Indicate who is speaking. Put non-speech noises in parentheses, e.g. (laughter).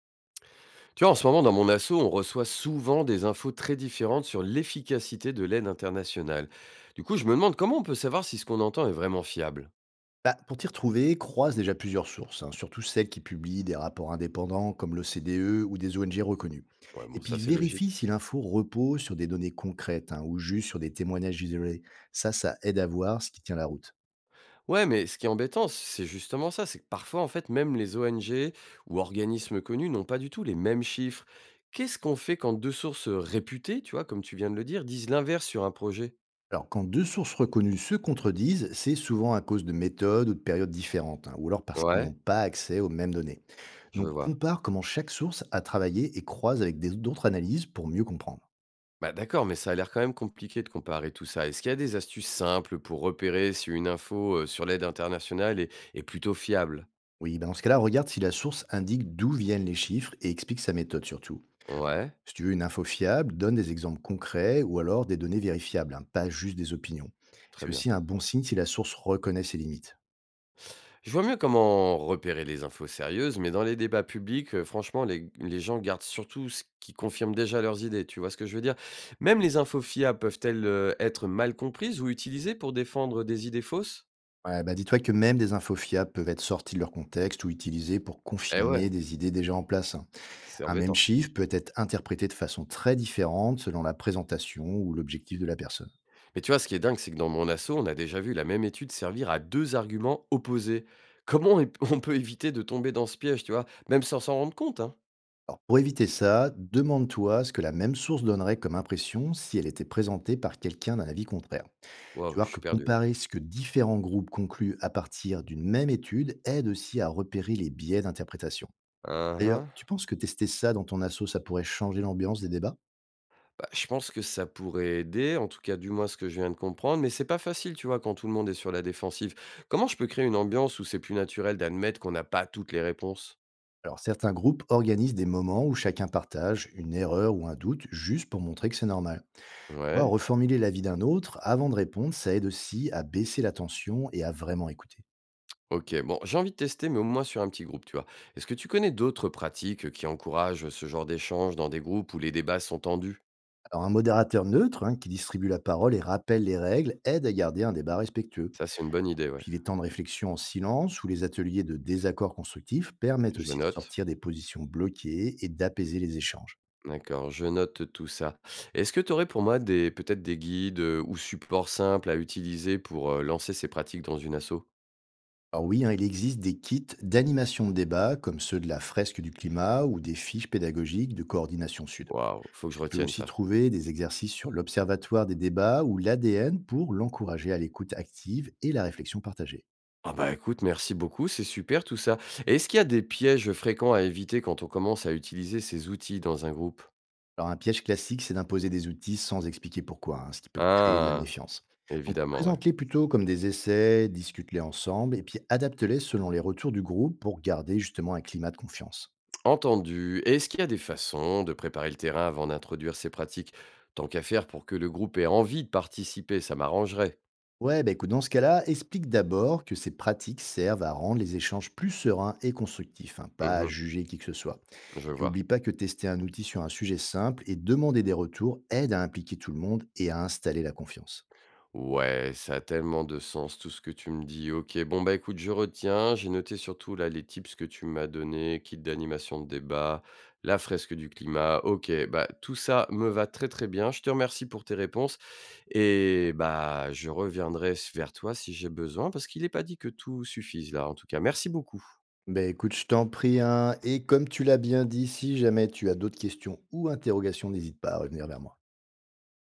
Speaker 1: Tu vois, en ce moment, dans mon assaut, on reçoit souvent des infos très différentes sur l'efficacité de l'aide internationale. Du coup, je me demande comment on peut savoir si ce qu'on entend est vraiment fiable.
Speaker 2: Bah, pour t'y retrouver, croise déjà plusieurs sources, hein, surtout celles qui publient des rapports indépendants comme l'OCDE ou des ONG reconnues.
Speaker 1: Ouais,
Speaker 2: Et
Speaker 1: bon, ça
Speaker 2: puis
Speaker 1: c'est logique.
Speaker 2: vérifie si l'info repose sur des données concrètes hein, ou juste sur des témoignages isolés. Ça aide à voir ce qui tient la route.
Speaker 1: Ouais, mais ce qui est embêtant, c'est justement ça, c'est que parfois, en fait, même les ONG ou organismes connus n'ont pas du tout les mêmes chiffres. Qu'est-ce qu'on fait quand deux sources réputées, tu vois, comme tu viens de le dire, disent l'inverse sur un projet?
Speaker 2: Alors quand deux sources reconnues se contredisent, c'est souvent à cause de méthodes ou de périodes différentes, hein, ou alors parce qu'ils n'ont
Speaker 1: Ouais,
Speaker 2: pas accès aux mêmes données.
Speaker 1: je
Speaker 2: Donc
Speaker 1: vois.
Speaker 2: compare comment chaque source a travaillé et croise avec d'autres analyses pour mieux comprendre.
Speaker 1: Bah d'accord, mais ça a l'air quand même compliqué de comparer tout ça. Est-ce qu'il y a des astuces simples pour repérer si une info sur l'aide internationale est, est plutôt fiable?
Speaker 2: Oui, bah dans ce cas-là, regarde si la source indique d'où viennent les chiffres et explique sa méthode surtout.
Speaker 1: Ouais,
Speaker 2: Si tu veux une info fiable, donne des exemples concrets ou alors des données vérifiables, hein, pas juste des opinions.
Speaker 1: très
Speaker 2: C'est
Speaker 1: bien.
Speaker 2: aussi un bon signe si la source reconnaît ses limites.
Speaker 1: Je vois mieux comment repérer les infos sérieuses, mais dans les débats publics, franchement, les gens gardent surtout ce qui confirme déjà leurs idées, tu vois ce que je veux dire? Même les infos fiables peuvent-elles être mal comprises ou utilisées pour défendre des idées fausses?
Speaker 2: Ouais, bah dis-toi que même des infos fiables peuvent être sorties de leur contexte ou utilisées pour
Speaker 1: Eh ouais,
Speaker 2: confirmer des idées déjà en place, hein.
Speaker 1: c'est
Speaker 2: Un même
Speaker 1: embêtant.
Speaker 2: chiffre peut être interprété de façon très différente selon la présentation ou l'objectif de la personne.
Speaker 1: Mais tu vois, ce qui est dingue, c'est que dans mon assaut, on a déjà vu la même étude servir à deux arguments opposés. Comment on (laughs) on peut éviter de tomber dans ce piège, tu vois, même sans s'en rendre compte, hein?
Speaker 2: Alors, pour éviter ça, demande-toi ce que la même source donnerait comme impression si elle était présentée par quelqu'un d'un avis contraire. Tu
Speaker 1: Waouh,
Speaker 2: vois
Speaker 1: je
Speaker 2: que
Speaker 1: suis perdu là.
Speaker 2: comparer ce que différents groupes concluent à partir d'une même étude aide aussi à repérer les biais d'interprétation.
Speaker 1: Hein,
Speaker 2: D'ailleurs,
Speaker 1: hein.
Speaker 2: tu penses que tester ça dans ton asso, ça pourrait changer l'ambiance des débats?
Speaker 1: Bah, je pense que ça pourrait aider, en tout cas du moins ce que je viens de comprendre, mais c'est pas facile, tu vois, quand tout le monde est sur la défensive. Comment je peux créer une ambiance où c'est plus naturel d'admettre qu'on n'a pas toutes les réponses?
Speaker 2: Alors, certains groupes organisent des moments où chacun partage une erreur ou un doute juste pour montrer que c'est normal. Tu vois,
Speaker 1: Ouais.
Speaker 2: reformuler l'avis d'un autre avant de répondre, ça aide aussi à baisser la tension et à vraiment écouter.
Speaker 1: Ok, bon, j'ai envie de tester, mais au moins sur un petit groupe, tu vois. Est-ce que tu connais d'autres pratiques qui encouragent ce genre d'échange dans des groupes où les débats sont tendus?
Speaker 2: Alors, un modérateur neutre hein, qui distribue la parole et rappelle les règles aide à garder un débat respectueux.
Speaker 1: Ça, c'est une bonne idée, ouais.
Speaker 2: Puis les temps de réflexion en silence ou les ateliers de désaccord constructif permettent
Speaker 1: Je
Speaker 2: aussi de
Speaker 1: note.
Speaker 2: sortir des positions bloquées et d'apaiser les échanges.
Speaker 1: D'accord, je note tout ça. Est-ce que tu aurais pour moi des peut-être des guides, ou supports simples à utiliser pour, lancer ces pratiques dans une asso?
Speaker 2: Alors oui, hein, il existe des kits d'animation de débat comme ceux de la fresque du climat ou des fiches pédagogiques de coordination sud.
Speaker 1: Waouh, faut que je
Speaker 2: Tu peux
Speaker 1: retienne
Speaker 2: aussi
Speaker 1: ça.
Speaker 2: trouver des exercices sur l'observatoire des débats ou l'ADN pour l'encourager à l'écoute active et la réflexion partagée.
Speaker 1: Ah bah, écoute, merci beaucoup, c'est super tout ça. Et est-ce qu'il y a des pièges fréquents à éviter quand on commence à utiliser ces outils dans un groupe?
Speaker 2: Alors un piège classique, c'est d'imposer des outils sans expliquer pourquoi, hein, ce qui peut créer de la
Speaker 1: Ah!
Speaker 2: méfiance. Donc
Speaker 1: Évidemment, ouais.
Speaker 2: présente-les plutôt comme des essais, discute-les ensemble, et puis adapte-les selon les retours du groupe pour garder justement un climat de confiance.
Speaker 1: Entendu. Et est-ce qu'il y a des façons de préparer le terrain avant d'introduire ces pratiques? Tant qu'à faire pour que le groupe ait envie de participer, ça m'arrangerait.
Speaker 2: Ouais, bah écoute, dans ce cas-là, explique d'abord que ces pratiques servent à rendre les échanges plus sereins et constructifs, hein, pas à
Speaker 1: Mmh.
Speaker 2: juger qui que ce soit.
Speaker 1: Je
Speaker 2: Et oublie
Speaker 1: vois.
Speaker 2: pas que tester un outil sur un sujet simple et demander des retours aide à impliquer tout le monde et à installer la confiance.
Speaker 1: Ouais, ça a tellement de sens tout ce que tu me dis. Ok, bon bah écoute, je retiens. J'ai noté surtout là les tips que tu m'as donnés, kit d'animation de débat, la fresque du climat. Ok, bah tout ça me va très très bien. Je te remercie pour tes réponses et bah je reviendrai vers toi si j'ai besoin parce qu'il n'est pas dit que tout suffise là. En tout cas, merci beaucoup.
Speaker 2: Ben écoute, je t'en prie, hein. Et comme tu l'as bien dit, si jamais tu as d'autres questions ou interrogations, n'hésite pas à revenir vers moi.